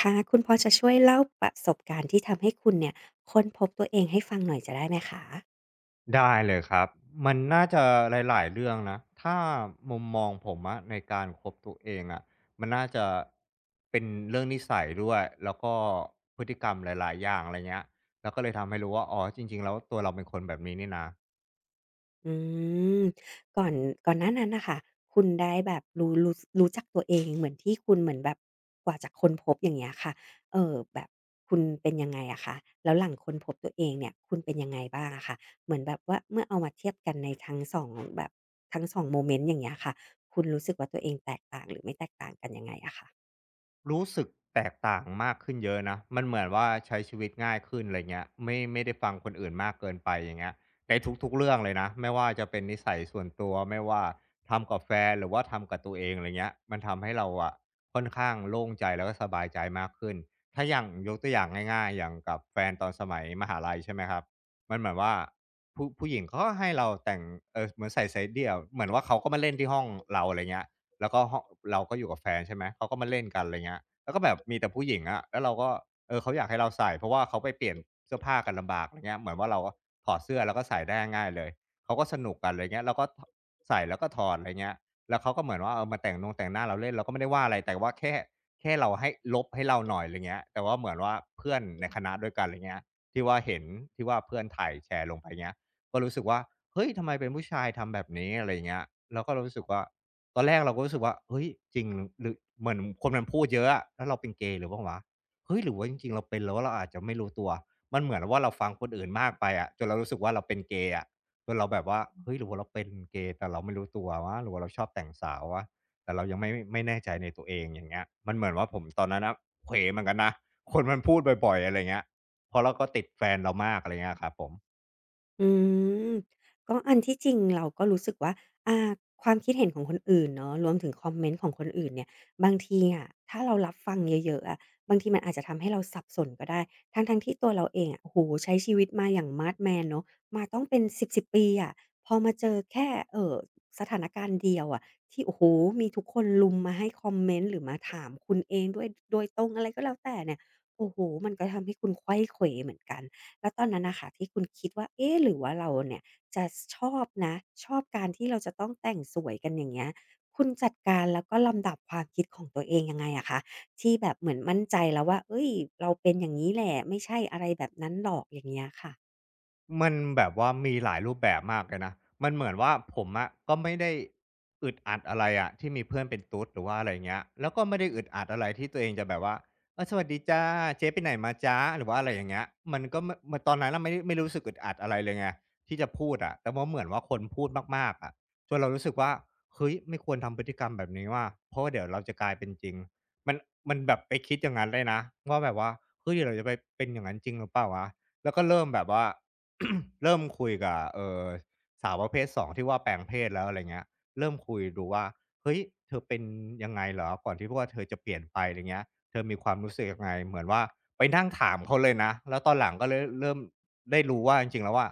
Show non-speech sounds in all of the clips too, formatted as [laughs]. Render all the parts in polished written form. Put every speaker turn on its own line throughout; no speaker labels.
ค่ะคุณพอจะช่วยเล่าประสบการณ์ที่ทำให้คุณเนี่ยค้นพบตัวเองให้ฟังหน่อยจะได้ไหมคะ
ได้เลยครับ มันน่าจะหลายๆเรื่องนะ ถ้ามุมมองผมอะในการคบตัวเองอะมันน่าจะเป็นเรื่องนิสัยด้วย แล้วก็พฤติกรรมหลายๆอย่างอะไรเงี้ย แล้วก็เลยทำให้รู้ว่าอ๋อจริงๆแล้วตัวเราเป็นคนแบบนี้นี่นะ
อืมก่อนก่อนหน้านั้นน่ะค่ะคุณได้แบบรู้จักตัวเองเหมือนที่คุณเหมือนแบบกว่าจะค้นพบอย่างเงี้ยค่ะแบบคุณเป็นยังไงอะคะแล้วหลังค้นพบตัวเองเนี่ยคุณเป็นยังไงบ้างอะคะเหมือนแบบว่าเมื่อเอามาเทียบกันในทั้งสองแบบทั้งสองโมเมนต์อย่างเงี้ยค่ะคุณรู้สึกว่าตัวเองแตกต่างหรือไม่แตกต่างกันยังไงอะคะ
รู้สึกแตกต่างมากขึ้นเยอะนะ มันเหมือนว่าใช้ชีวิตง่ายขึ้นอะไรเงี้ยไม่ได้ฟังคนอื่นมากเกินไปอย่างเงี้ยในทุกๆเรื่องเลยนะไม่ว่าจะเป็นนิสัยส่วนตัว ไม่ว่าทำกับแฟนหรือว่าทำกับตัวเองอะไรเงี้ยมันทำให้เราอะค่อนข้างโล่งใจแล้วก็สบายใจมากขึ้นถ้าอย่างยกตัวอย่างง่ายๆอย่างกับแฟนตอนสมัยมหาลัยใช่ไหมครับมันเหมือนว่าผู้หญิงเขาก็ให้เราแต่งเหมือนใส่ไซสาเดี่ยวเหมือนว่าเขาก็มาเล่นที่ห้องเราอะไรเงี้ย แล้วก็ห้องเราก็อยู่กับแฟนใช่ไหมเขาก็มาเล่นกันอะไรเงี้ยแล้วก็แบบมีแต่ผู้หญิงอะแล้วเราก็เขาอยากให้เราใส่เพราะว่าเขาไปเปลี่ยนเสื้อผ้ากันลำบากอะไรเงี้ยเหมือนว่าเราก็ถอดเสื้อแล้วก็ใส่ได้ง่ายเลยเขาก็สนุกกันอะไรเงี้ยเราก็ใส่แล้วก็ถอดอะไรเงี้ยแล้วเขาก็เหมือนว่ามาแต่งนงแต่งหน้าเราเล่นเราก็ไม่ได้ว่าอะไรแต่ว่าแค่เราให้ลบให้เราหน่อยอะไรเงี้ยแต่ว่าเหมือนว่าเพื่อนในคณะด้วยกันอะไรเงี้ยที่ว่าเห็นที่ว่าเพื่อนถ่ายแชร์ลงไปเงี้ยก็รู้สึกว่าเฮ้ยทำไมเป็นผู้ชายทำแบบนี้อะไรเงี้ยเราก็รู้สึกว่า ตอนแรกเราก็รู้สึกว่าเฮ้ยจริงหรือเหมือนคนมันพูดเยอะอะแล้วเราเป็นเกย์หรือเปล่าวะเฮ้ยหรือว่าจริงๆเราเป็นแล้วเราอาจจะไม่รู้ตัวมันเหมือนว่าเราฟังคนอื่นมากไปอะจนเรารู้สึกว่าเราเป็นเกย์อะจนเราแบบว่าเฮ้ยหรือว่าเราเป็นเกย์แต่เราไม่รู้ตัววะหรือว่าเราชอบแต่งสาววะแต่เรายังไม่แน่ใจในตัวเองอย่างเงี้ยมันเหมือนว่าผมตอนนั้นน่ะเขวเหมือนกันนะคนมันพูดบ่อยๆอะไรเงี้ยเพราะเราก็ติดแฟนเรามากอะไรเงี้ยครับผม
อืมก็อันที่จริงเราก็รู้สึกว่าอ่าความคิดเห็นของคนอื่นเนาะรวมถึงคอมเมนต์ของคนอื่นเนี่ยบางทีอะถ้าเรารับฟังเยอะๆอะบางทีมันอาจจะทำให้เราสับสนก็ได้ทั้งๆที่ตัวเราเองอะโอ้โฮใช้ชีวิตมาอย่างมาดแมนเนาะมาต้องเป็น10ๆปีอะพอมาเจอแค่สถานการณ์เดียวอะที่โอ้โฮมีทุกคนรุมมาให้คอมเมนต์หรือมาถามคุณเองด้วยโดยตรงอะไรก็แล้วแต่เนี่ยโอ้โฮมันก็ทำให้คุณไขว้เขวเหมือนกัน แล้วตอนนั้นนะค่ะที่คุณคิดว่าเอ๊ะหรือว่าเราเนี่ยจะชอบนะชอบการที่เราจะต้องแต่งสวยกันอย่างเงี้ยคุณจัดการแล้วก็ลำดับความคิดของตัวเองยังไงอะคะที่แบบเหมือนมั่นใจแล้วว่าเฮ้ยเราเป็นอย่างงี้แหละไม่ใช่อะไรแบบนั้นหรอกอย่างเงี้ยค่ะ
มันแบบว่ามีหลายรูปแบบมากเลยนะ มันเหมือนว่าผมอะก็ไม่ได้อึดอัดอะไรอะที่มีเพื่อนเป็นตุ๊ดหรือว่าอะไรเงี้ยแล้วก็ไม่ได้อึดอัดอะไรที่ตัวเองจะแบบว่าสวัสดีจ้าเจ๊ไปไหนมาจ้าหรือว่าอะไรอย่างเงี้ยมันก็ไม่มันตอนนั้นเราไม่ได้ไม่รู้สึกอึดอัดอะไรเลยไงที่จะพูดอะแต่ว่าเหมือนว่าคนพูดมากๆอะจนเรารู้สึกว่าเฮ้ยไม่ควรทำพฤติกรรมแบบนี้ว่าเพราะว่าเดี๋ยวเราจะกลายเป็นจริงมันมันแบบไปคิดอย่างนั้นเลยนะว่าแบบว่าเฮ้ยเดี๋ยวเราจะไปเป็นอย่างนั้นจริงหรือเปล่าวะ แล้วก็เริ่มแบบว่า [clears throat] [coughs] เริ่มคุยกับสาวประเภทสองที่ว่าแปลงเพศแล้วอะไรเงี้ยเริ่มคุยดูว่าเฮ้ยเธอเป็นยังไงเหรอก่อนที่ว่าเธอจะเปลี่ยนไปอะไรเงี้ยเธอมีความรู้สึกยังไงเหมือนว่าไปนั่งถามเขาเลยนะแล้วตอนหลังก็เลยเริ่มได้รู้ว่าจริงๆแล้วว่า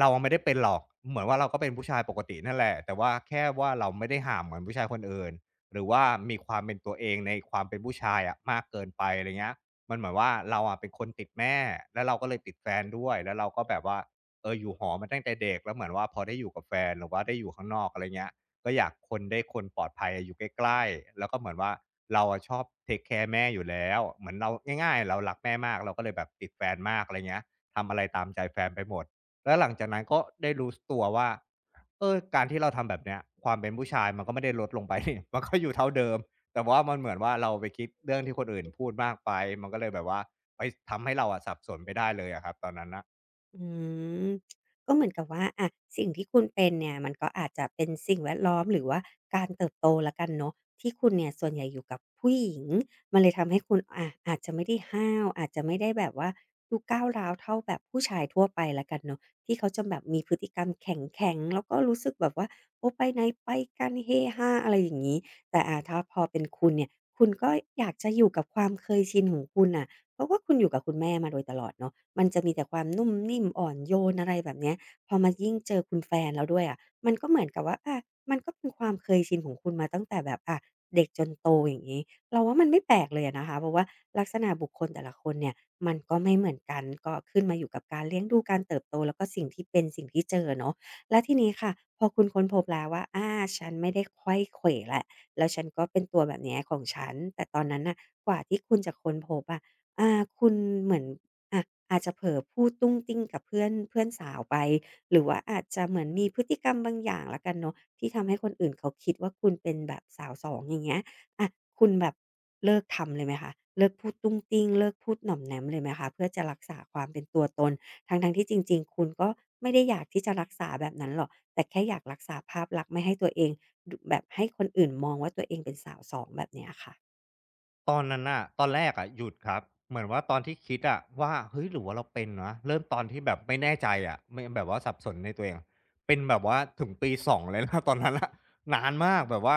เราไม่ได้เป็นหรอกเหมือนว่าเราก็เป็นผู้ชายปกตินั่นแหละแต่ว่าแค่ว่าเราไม่ได้ห่างเหมือนผู้ชายคนอื่นหรือว่ามีความเป็นตัวเองในความเป็นผู้ชายอะมากเกินไปอะไรเงี้ย มันเหมือนว่าเราอะเป็นคนติดแม่แล้วเราก็เลยติดแฟนด้วยแล้วเราก็แบบว่าอยู่หอมาตั้งแต่เด็กแล้วเหมือนว่าพอได้อยู่กับแฟนหรือว่าได้อยู่ข้างนอกอะไรเงี้ยก็อยากคนได้คนปลอดภัยอะอยู่ใกล้ๆแล้วก็เหมือนว่าเราอะชอบเทกแคร์แม่อยู่แล้วเหมือนเราง่ายๆเรารักแม่มากเราก็เลยแบบติดแฟนมากอะไรเงี้ยทำอะไรตามใจแฟนไปหมดแล้วหลังจากนั้นก็ได้รู้สตัวว่าการที่เราทำแบบเนี้ยความเป็นผู้ชายมันก็ไม่ได้ลดลงไป [laughs] นี่มันก็อยู่เท่าเดิม แต่ว่ามันเหมือนว่าเราไปคิดเรื่องที่คนอื่นพูดมากไป มันก็เลยแบบว่าไปทำให้เราอะสับสนไปได้เลยอะครับตอนนั้นนะ
อืมก็เหมือนกับว่าอะสิ่งที่คุณเป็นเนี่ยมันก็อาจจะเป็นสิ่งแวดล้อมหรือว่าการเติบโตแล้วกันเนาะที่คุณเนี่ยส่วนใหญ่อยู่กับผู้หญิงมันเลยทำให้คุณอะอาจจะไม่ได้ห้าวอาจจะไม่ได้แบบว่าดูก้าวร้าวเท่าแบบผู้ชายทั่วไปแล้วกันเนาะที่เขาจะแบบมีพฤติกรรมแข็งๆแล้วก็รู้สึกแบบว่าโอ้ไปไหนไปกันเฮฮาอะไรอย่างงี้แต่ถ้าพอเป็นคุณเนี่ยคุณก็อยากจะอยู่กับความเคยชินของคุณน่ะ เพราะว่าคุณอยู่กับคุณแม่มาโดยตลอดเนาะมันจะมีแต่ความนุ่มนิ่มอ่อนโยนอะไรแบบเนี้ยพอมายิ่งเจอคุณแฟนแล้วด้วยอะมันก็เหมือนกับว่าอามันก็เป็นความเคยชินของคุณมาตั้งแต่แบบอะเด็กจนโตอย่างงี้เราว่ามันไม่แปลกเลยอะนะคะเพราะว่าลักษณะบุคคลแต่ละคนเนี่ยมันก็ไม่เหมือนกันก็ขึ้นมาอยู่กับการเลี้ยงดูการเติบโตแล้วก็สิ่งที่เจอเนาะแล้วทีนี้ค่ะพอคุณค้นพบแล้วว่าอาฉันไม่ได้ไขว้เขวแล้วแล้วฉันก็เป็นตัวแบบเนี้ยของฉันแต่ตอนนั้นน่ะกว่าที่คุณจะค้นพบอะ อาคุณเหมือนอะอาจจะเผลอพูดตุ้งติ้งกับเพื่อนเพื่อนสาวไปหรือว่าอาจจะเหมือนมีพฤติกรรมบางอย่างแล้วกันเนาะที่ทำให้คนอื่นเขาคิดว่าคุณเป็นแบบสาวสองอย่างเงี้ยอะคุณแบบเลิกทำเลยไหมคะเลิกพูดตุ้งติ้งเลิกพูดหน่อมแหนมเลยไหมคะเพื่อจะรักษาความเป็นตัวตนทั้งๆที่จริงๆคุณก็ไม่ได้อยากที่จะรักษาแบบนั้นหรอกแต่แค่อยากรักษาภาพลักษณ์ไม่ให้ตัวเองดแบบให้คนอื่นมองว่าตัวเองเป็นสาวสองแบบเนี้ยค่ะ
ตอนนั้นน่ะตอนแรกอะหยุดครับเหมือนว่าตอนที่คิดอะว่าเฮ้ยหรือว่าเราเป็นวะเริ่มตอนที่แบบไม่แน่ใจอะไม่แบบว่าสับสนในตัวเองเป็นแบบว่าถึงปี2เลยนะ [laughs] ตอนนั้นน่ะนานมากแบบว่า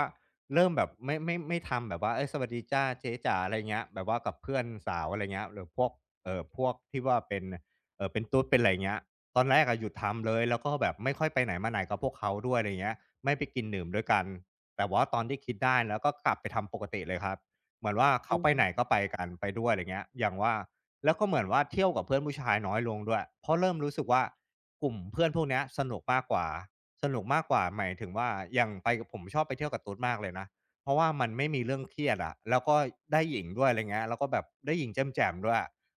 เริ่มแบบไม่ทำแบบว่าเฮ้ยสวัสดีจ้ะเจ๊จ๋าอะไรเงี้ยแบบว่ากับเพื่อนสาวอะไรเงี้ยหรือพวกพวกที่ว่าเป็นเป็นตุ๊ดเป็นไรเงี้ยตอนแรกอะหยุดทำเลยแล้วก็แบบไม่ค่อยไปไหนมาไหนกับพวกเขาด้วยอะไรเงี้ยไม่ไปกินดื่มด้วยกันแต่ว่าตอนที่คิดได้แล้วก็กลับไปทำปกติเลยครับ เหมือนว่า
อื
เขาไปไหนก็
ม
ไปกันไปด้วยอะไรเงี้ยอย่างว่าแล้วก็เหมือนว่าเที่ยวกับเพื่อนผู้ชายน้อยลงด้วย เพราะเริ่มรู้สึกว่ากลุ่มเพื่อนพวกเนี้ยสนุกมากกว่าสนุกมากกว่าหมายถึงว่าอย่างไปกับผมชอบไปเที่ยวกับตุ๊ดมากเลยนะ เพราะว่ามันไม่มีเรื่องเครียดอะแล้วก็ได้หญิงด้วยอะไรเงี้ยแล้วก็แบบได้หญิงแจ่มๆด้วย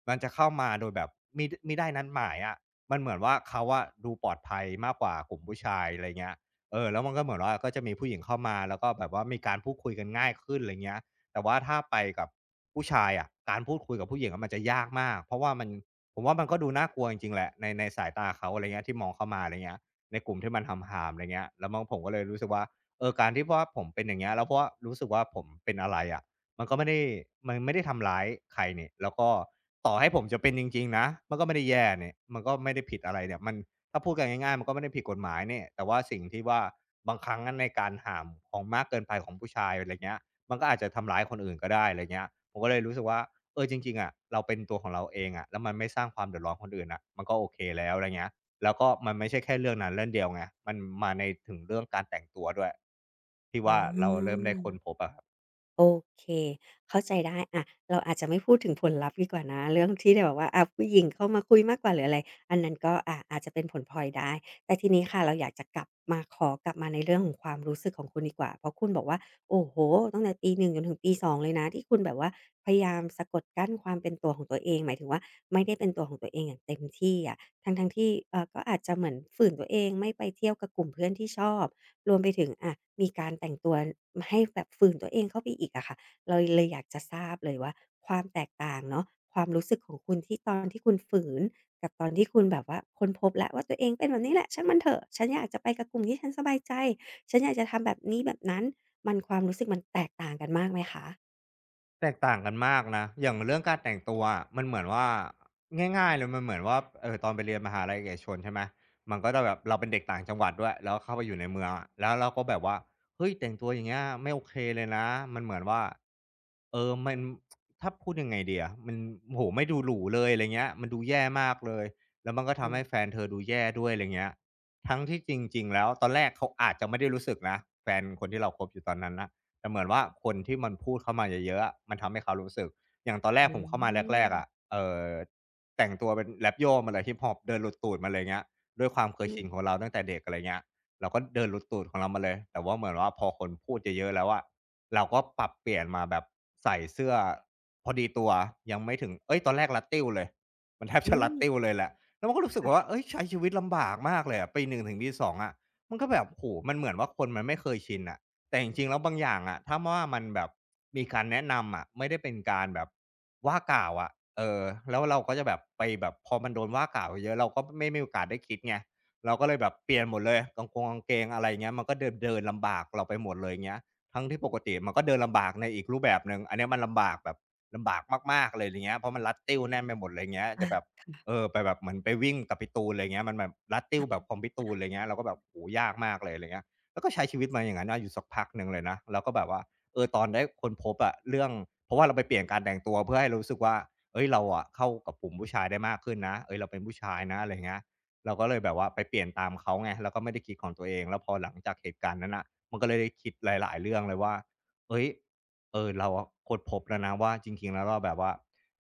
มันจะเข้ามาโดยแบบได้นัดหมายอะมันเหมือนว่าเขาอะดูปลอดภัยมากกว่ากลุ่มผู้ชายอะไรเงี้ยเออแล้วมันก็เหมือนว่าก็จะมีผู้หญิงเข้ามาแล้วก็แบบว่ามีการพูดคุยกันง่ายขึ้นอะไรเงี้ย แต่ว่าถ้าไปกับผู้ชายอะการพูดคุยกับผู้หญิงอะมันจะยากมากเพราะว่ามันผมว่ามันก็ดูน่ากลัวจริงๆแหละในสายตาเขาอะไรเงี้ยที่มองเข้ามาอะไรเงี้ยในกลุ่มที่มันห่ามๆอะไรเงี้ยแล้วมนผมก็เลยรู้สึกว่าเออการที่ว่าผมเป็นอย่างเงี้ยแล้วเพราะว่ารู้สึกว่าผมเป็นอะไรอะมันก็ไม่ได้มันไม่ได้ทำร้ายใครนี่แล้วก็ต่อให้ผมจะเป็นจริงๆนะมันก็ไม่ได้แย่นี่มันก็ไม่ได้ผิดอะไรเนี่ยมันถ้าพูดกันง่ายๆมันก็ไม่ได้ผิดกฎหมายนี่แต่ว่าสิ่งที่ว่าบางครั้งอะในการห่ามของมากเกินไปของผู้ชายอะไรเงี้ย มันก็อาจจะทำร้ายคนอื่นก็ได้อะไรเงี้ยผมก็เลยรู้สึกว่าเออจริงๆอะเราเป็นตัวของเราเองอะแล้วมันไม่สร้างความเดือดร้อนคนอื่นน่ะมันก็โอเคแล้วอะไรเงี้ยแล้วก็มันไม่ใช่แค่เรื่องนั้นเรื่องเดียวไงมันมาในถึงเรื่องการแต่งตัวด้วยที่
อา
ว่าเราเริ่มได้ค้นพบอะ
โอเคเข้าใจได้อะเราอาจจะไม่พูดถึงผลลัพธ์ดีกว่านะเรื่องที่แบบว่าผู้หญิงเข้ามาคุยมากกว่าหรืออะไรอันนั้นก็อาจจะเป็นผลพลอยได้ แต่ทีนี้ค่ะเราอยากจะกลับมาขอกลับมาในเรื่องของความรู้สึกของคุณดีกว่าเพราะคุณบอกว่าโอ้โฮตั้งแต่ปี1จนถึงปี2เลยนะ ที่คุณแบบว่าพยายามสะกดกั้นความเป็นตัวของตัวเองหมายถึงว่าไม่ได้เป็นตัวของตัวเองอย่างเต็มที่อะทั้งๆที่ก็อาจจะเหมือนฝืนตัวเองไม่ไปเที่ยวกับกลุ่มเพื่อนที่ชอบ รวมไปถึงอะมีการแต่งตัวให้แบบฝืนตัวเองเข้าไปอีกอะค่ะเราเลยอยากจะทราบเลยว่าความแตกต่างเนาะความรู้สึกของคุณที่ตอนที่คุณฝืนกับตอนที่คุณแบบว่าค้นพบแล้วว่าตัวเองเป็นแบบนี้แหละช่างมันเถอะฉันอยากจะไปกับกลุ่มที่ฉันสบายใจฉันอยากจะทำแบบนี้แบบนั้นมันความรู้สึกมันแตกต่างกันมากไหมคะ
แตกต่างกันมากนะอย่างเรื่องการแต่งตัวอะมันเหมือนว่าง่ายๆเลยมันเหมือนว่าตอนไปเรียนมหาลัยเอกชนใช่ไหมมันก็จะแบบเราเป็นเด็กต่างจังหวัดด้วยแล้วเข้าไปอยู่ในเมืองอะแล้วเราก็แบบว่าเฮ้ยแต่งตัวอย่างเงี้ยไม่โอเคเลยนะมันเหมือนว่าเออมันถ้าพูดยังไงดีอะมันโอ้โฮไม่ดูหรูเลยอะไรเงี้ยมันดูแย่มากเลยแล้วมันก็
อื
ทำ
ม
ให้แฟนเธอดูแย่ด้วยอะไรเงี้ยทั้งที่จริงๆแล้วตอนแรกเขาอาจจะไม่ได้รู้สึกนะแฟนคนที่เราคบอยู่ตอนนั้นน่ะ แต่เหมือนว่าคนที่มันพูดเข้ามาเยอะๆอะมันทำให้เขารู้สึก อย่างตอนแร
อื
กผมเข้ามาแรกๆอะ
ม
เอ่อแต่งตัวเป็นแร็ปโยมาเลยฮิปฮอปเดินหลุดตูดมาเลยเงี้ยด้วยความเคย
อื
ชินของ
ม
เราตั้งแต่เด็กอะไรเงี้ยเราก็เดินหลุดตูดของเรามาเลยแต่ว่าเหมือนว่าพอคนพูดเยอะๆแล้วอะเราก็ปรับเปลี่ยนมาแบบใส่เสื้อพอดีตัวยังไม่ถึงเฮ้ยตอนแรกรัดติ้วเลยมันแทบ
อื
จะรัดติ้ว
ม
เลยแหละแล้วมันก็รู้สึกว่า
ค่ะ
เฮ้ยใช้ชีวิตลำบากมากเลยอะปีหนึ่งถึงปี2องอะมันก็แบบโอ้โฮมันเหมือนว่าคนมันไม่เคยชินอะ แต่จริงๆแล้วบางอย่างอะถ้าว่ามันแบบมีการแนะนำอะไม่ได้เป็นการแบบว่ากล่าวอะเออแล้วเราก็จะแบบไปแบบพอมันโดนว่ากล่าวเยอะๆเราก็ไม่มีโอกาสได้คิดไงเราก็เลยแบบเปลี่ยนหมดเลยกางเกงอะไร่าเงี้ยมันก็เดินเดินลำบากเราไปหมดเลยเงี้ยทั้งที่ปกติมันก็เดินลำบากในอีกรูปแบบหนึ่งอันเนี้ยมันลำบากแบบลำบากมากๆเลยไรเงี้ยเพราะมันรัดติ้วแน่นไปหมดไรเงี้ยจะแบบไปแบบเหมือนไปวิ่งกับพี่ตูนไรเงี้ยมันแบบรัดติ้วแบบของพี่ตูนไรเงี้ยเราก็แบบโอ้โฮยากมากเลยไรเงี้ย แล้วก็ใช้ชีวิตมาอย่างนั้นนะอยู่สักพักหนึ่งเลยนะแล้วก็แบบว่าตอนได้ค้นพบอะเรื่องเพราะว่าเราไปเปลี่ยนการแต่งตัวเพื่อให้เรารู้สึกว่าเฮ้ยเราอะเข้ากับกลุ่มผู้ชายได้มากขึ้นนะเฮ้ยเราเป็นผู้ชายนะอะไรเงี้ยเราก็เลยแบบว่าไปเปลี่ยนตามเขาไงแล้วก็ไม่ได้คิดของตัวเองแล้วพอหลังจากเหตุการณ์นั้นน่ะมันก็เลยได้คิดหลายๆเรื่องเลยว่าเฮ้ยเราอะค้นพบแล้วนะว่าจริงๆแล้วเราแบบว่า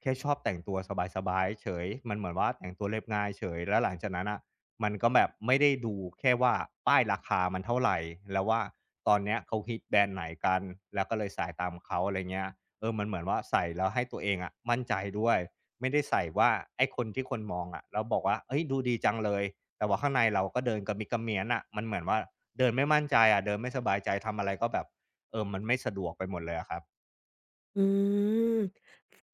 แค่ชอบแต่งตัวสบายๆเฉยมันเหมือนว่าแต่งตัวเรียบง่ายเฉยแล้วหลังจากนั้นน่ะ มันก็แบบไม่ได้ดูแค่ว่าป้ายราคามันเท่าไหรแล้วว่าตอนเนี้ยเขาฮิตแบรนด์ไหนกันแล้วก็เลยใส่ตามเขาอะไรเงี้ยมันเหมือนว่าใส่แล้วให้ตัวเองอะมั่นใจด้วยไม่ได้ใส่ว่าไอ้คนที่คนมองอะแล้วบอกว่าเฮ้ยดูดีจังเลยแต่ว่าข้างในเราก็เดินกระมิดกระเมี้ยนอะมันเหมือนว่าเดินไม่มั่นใจอะเดินไม่สบายใจทำอะไรก็แบบมันไม่สะดวกไปหมดเลยอะครับ
อืม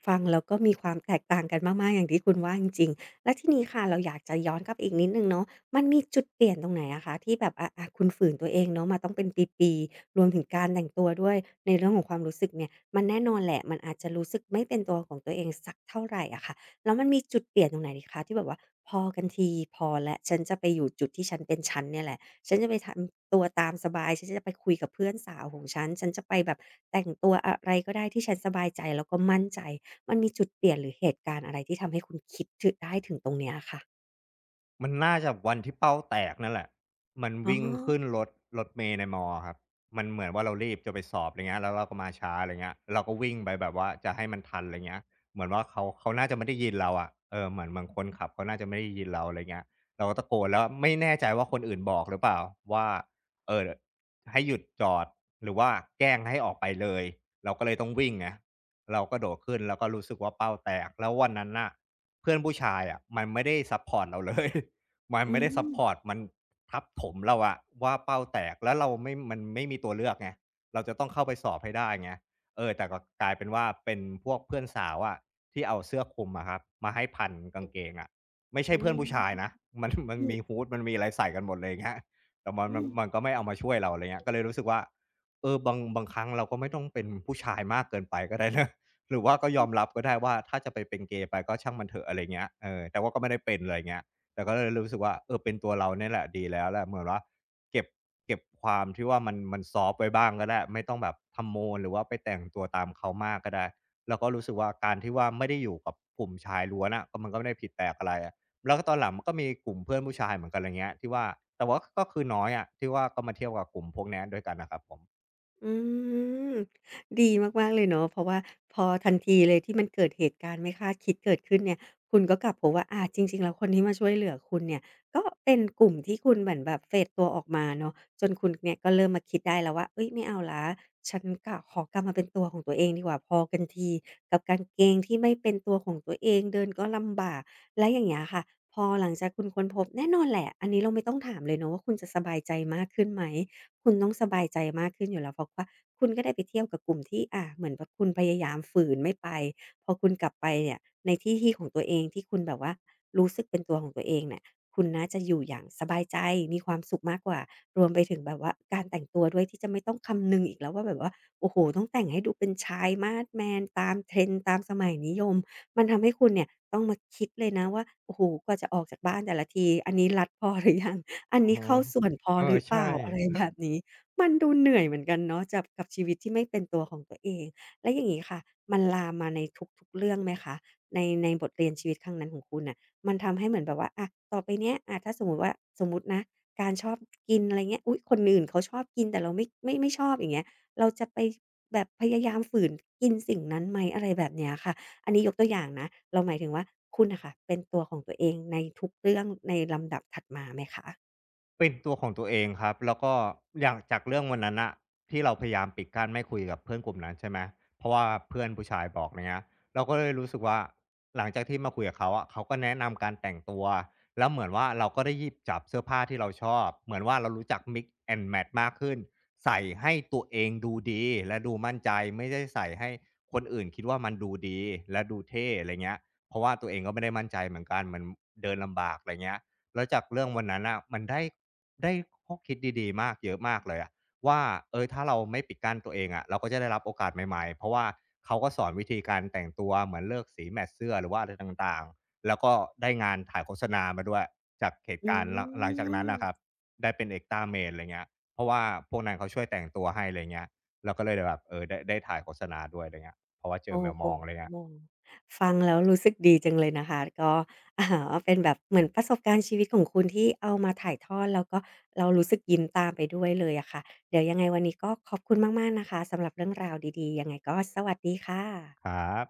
ฟังแล้วก็มีความแตกต่างกันมากๆอย่างที่คุณว่าจริงๆแล้วทีนี้ค่ะเราอยากจะย้อนกลับไปอีกนิดหนึ่งเนาะมันมีจุดเปลี่ยนตรงไหนอะคะที่แบบอะคุณฝืนตัวเองเนาะมาต้องเป็นปีๆรวมถึงการแต่งตัวด้วยในเรื่องของความรู้สึกเนี่ยมันแน่นอนแหละมันอาจจะรู้สึกไม่เป็นตัวของตัวเองสักเท่าไรอะค่ะแล้วมันมีจุดเปลี่ยนตรงไหนอีกคะที่แบบว่าพอกันทีพอแล้วฉันจะไปอยู่จุดที่ฉันเป็นฉันเนี่ยแหละ ฉันจะไปทำตัวตามสบาย ฉันจะไปคุยกับเพื่อนสาวของฉัน ฉันจะไปแบบแต่งตัวอะไรก็ได้ที่ฉันสบายใจแล้วก็มั่นใจ มันมีจุดเปลี่ยนหรือเหตุการณ์อะไรที่ทำให้คุณคิดถได้ถึงตรงเนี้ยอะค่ะ
มันน่าจะวันที่เป้าแตกนั่นแหละมัน
อ๋อ
วิ่งขึ้นรถรถเมล์ในมอะครับมันเหมือนว่าเรารีบจะไปสอบไรเงี้ยแล้วเราก็มาช้าไรเงี้ยเราก็วิ่งไปแบบว่าจะให้มันทันไรเงี้ยเหมือนว่าเขาน่าจะไม่ได้ยินเราอะเหมือนคนขับเขาน่าจะไม่ได้ยินเราไรเงี้ยเราก็ตะโกนแล้วไม่แน่ใจว่าคนอื่นบอกหรือเปล่าว่าเอ่อให้หยุดจอดหรือว่าแกล้งให้ออกไปเลยเราก็เลยต้องวิ่งไงเราก็โดดขึ้นแล้วก็รู้สึกว่าเป้าแตกแล้ววันนั้นน่ะเพื่อนผู้ชายอะมันไม่ได้ซัปพอร์ตเราเลย มัน
อื
ไม่ได้ซัปพอร์ต
ม
มันทับถมเราอะว่าเป้าแตกแล้วเราไม่ไม่มีตัวเลือกไงเราจะต้องเข้าไปสอบให้ได้ไงแต่ก็กลายเป็นว่าเป็นพวกเพื่อนสาวอะที่เอาเสื้อคลุมอะครับมาให้พันกางเกงอะไม่
อื
ใช่เพื่อนผู้ชาย
ม
นะมัน
อือ
มีฮูดมันมีอะไรใส่กันหมดเลยอย่างเงี้ยแต่มัน
อื
มันมัน
ม
ก็ไม่เอามาช่วยเราอะไรเงี้ยก็เลยรู้สึกว่าบางครั้งเราก็ไม่ต้องเป็นผู้ชายมากเกินไปก็ได้นะ [laughs] หรือว่าก็ยอมรับก็ได้ว่าถ้าจะไปเป็นเกย์ไปก็ช่างมันเถอะอะไรเงี้ยแต่ว่าก็ไม่ได้เป็นอะไรเงี้ย แต่ก็เลยรู้สึกว่าเป็นตัวเราเนี่ยแหละดีแล้วแหละเหมือนว่าเก็บเก็บความที่ว่ามันซอฟต์ไว้บ้างก็ได้ไม่ต้องแบบทำโมนหรือว่าไปแต่งตัวตามเขามากก็ได้แล้วก็รู้สึกว่าการที่ว่าไม่ได้อยู่กับกลุ่มชายล้วนอะก็มันก็ไม่ได้ผิดแปลกอะไรอะแล้วก็ตอนหลังมันก็มีกลุ่มเพื่อนผู้ชายเหมือนกันไรเงี้ยที่ว่าแต่ว่าก็คือน้อยอะที่ว่าก็มาเที่ยวกับกลุ่มพวกเนี้ยด้วยกันน่ะครับผม
อืมดีมากๆเลยเนาะเพราะว่าพอทันทีเลยที่มันเกิดเหตุการณ์ไม่คาดคิดเกิดขึ้นเนี่ยคุณก็กลับพบว่าอาจริงๆแล้วคนที่มาช่วยเหลือคุณเนี่ยก็เป็นกลุ่มที่คุณเหมือนแบบเฟดตัวออกมาเนาะจนคุณเนี่ยก็เริ่มมาคิดได้แล้วว่าเฮ้ยไม่เอาแล้วฉันกะขอกลับมาเป็นตัวของตัวเองดีกว่าพอกันทีกับกางเกงที่ไม่เป็นตัวของตัวเองเดินก็ลำบากแล้วอย่างเงี้ยค่ะพอหลังจากคุณค้นพบแน่นอนแหละอันนี้เราไม่ต้องถามเลยเนาะว่าคุณจะสบายใจมากขึ้นไหม คุณต้องสบายใจมากขึ้นอยู่แล้วเพราะว่าคุณก็ได้ไปเที่ยวกับกลุ่มที่อ่าเหมือนแบบคุณพยายามฝืนไม่ไปพอคุณกลับไปเนี่ยในที่ที่ของตัวเองที่คุณแบบว่ารู้สึกเป็นตัวของตัวเองเนี่ยคุณน่าจะอยู่อย่างสบายใจมีความสุขมากกว่ารวมไปถึงแบบว่าการแต่งตัวด้วยที่จะไม่ต้องคำนึงอีกแล้วว่าแบบว่าโอ้โฮต้องแต่งให้ดูเป็นชายมาสแมนตาม trend ตามสมัยนิยมมันทำให้คุณเนี่ยต้องมาคิดเลยนะว่าโอ้โฮกว่าจะออกจากบ้านแต่ละทีอันนี้รัดพอหรือยัง อัน
อือ
นี้
ฮึ
เข้าส่วนพอหรือเป
ใช่
ล่าอะไรแบบนี้มันดูเหนื่อยเหมือนกันเนาะจับกับชีวิตที่ไม่เป็นตัวของตัวเองแล้วอย่างงี้ค่ะมันลามมาในทุกๆเรื่องไหมคะในบทเรียนชีวิตครั้งนั้นของคุณน่ะมันทำให้เหมือนแบบว่าอะต่อไปเนี้ยอะถ้าสมมุติว่าสมมุตินะการชอบกินอะไรเงี้ยอุ๊ยคนอื่นเขาชอบกินแต่เราไม่ชอบอย่างเงี้ยเราจะไปแบบพยายามฝืนกินสิ่งนั้นไหมอะไรแบบเนี้ยค่ะอันนี้ยกตัวอย่างนะเราหมายถึงว่าคุณน่ะค่ะเป็นตัวของตัวเองในทุกเรื่องในลำดับถัดมาไหมคะ
เป็นตัวของตัวเองครับแล้วก็อย่างจากเรื่องวันนั้นอะที่เราพยายามปิดกั้นไม่คุยกับเพื่อนกลุ่มนั้นใช่ไหมเพราะว่าเพื่อนผู้ชายบอกเนี้ยเราก็เลยรู้สึกว่าหลังจากที่มาคุยกับเขาอะเขาก็แนะนำการแต่งตัวแล้วเหมือนว่าเราก็ได้หยิบจับเสื้อผ้าที่เราชอบเหมือนว่าเรารู้จัก mix and match มากขึ้นใส่ให้ตัวเองดูดีและดูมั่นใจไม่ได้ใส่ให้คนอื่นคิดว่ามันดูดีและดูเท่อะไรเงี้ยเพราะว่าตัวเองก็ไม่ได้มั่นใจเหมือนกันมันเดินลำบากอะไรเงี้ยแล้วจากเรื่องวันนั้นอ่ะมันได้ ได้ข้อคิดดีๆมากเยอะมากเลยอะว่าถ้าเราไม่ปิดกั้นตัวเองอะเราก็จะได้รับโอกาสใหม่ๆเพราะว่าเขาก็สอนวิธีการแต่งตัวเหมือนเลือกสีแมตช์เสื้อหรือว่าอะไรต่างๆแล้วก็ได้งานถ่ายโฆษณามาด้วยจากเหตุ
อื
การณ์หลังจากนั้นน่ะครับ
ม
ได้เป็น Extra Maid อะไรเงี้ยเพราะว่าพวกนั้นเขาช่วยแต่งตัวให้อะไรเงี้ยเราก็เลยแบบได้ถ่ายโฆษณาด้วยอะไรเงี้ยเพราะว่าเจอ
โอ้
แมว
โฮ
มองอะไรเงี้ย
ฟังแล้วรู้สึกดีจังเลยนะคะก็อ่าเป็นแบบเหมือนประสบการณ์ชีวิตของคุณที่เอามาถ่ายทอดแล้วก็เรารู้สึกยิ้มตามไปด้วยเลยอะค่ะเดี๋ยวยังไงวันนี้ก็ขอบคุณมากๆนะคะสำหรับเรื่องราวดีๆยังไงก็สวัสดีค่
ค
ะ
รับ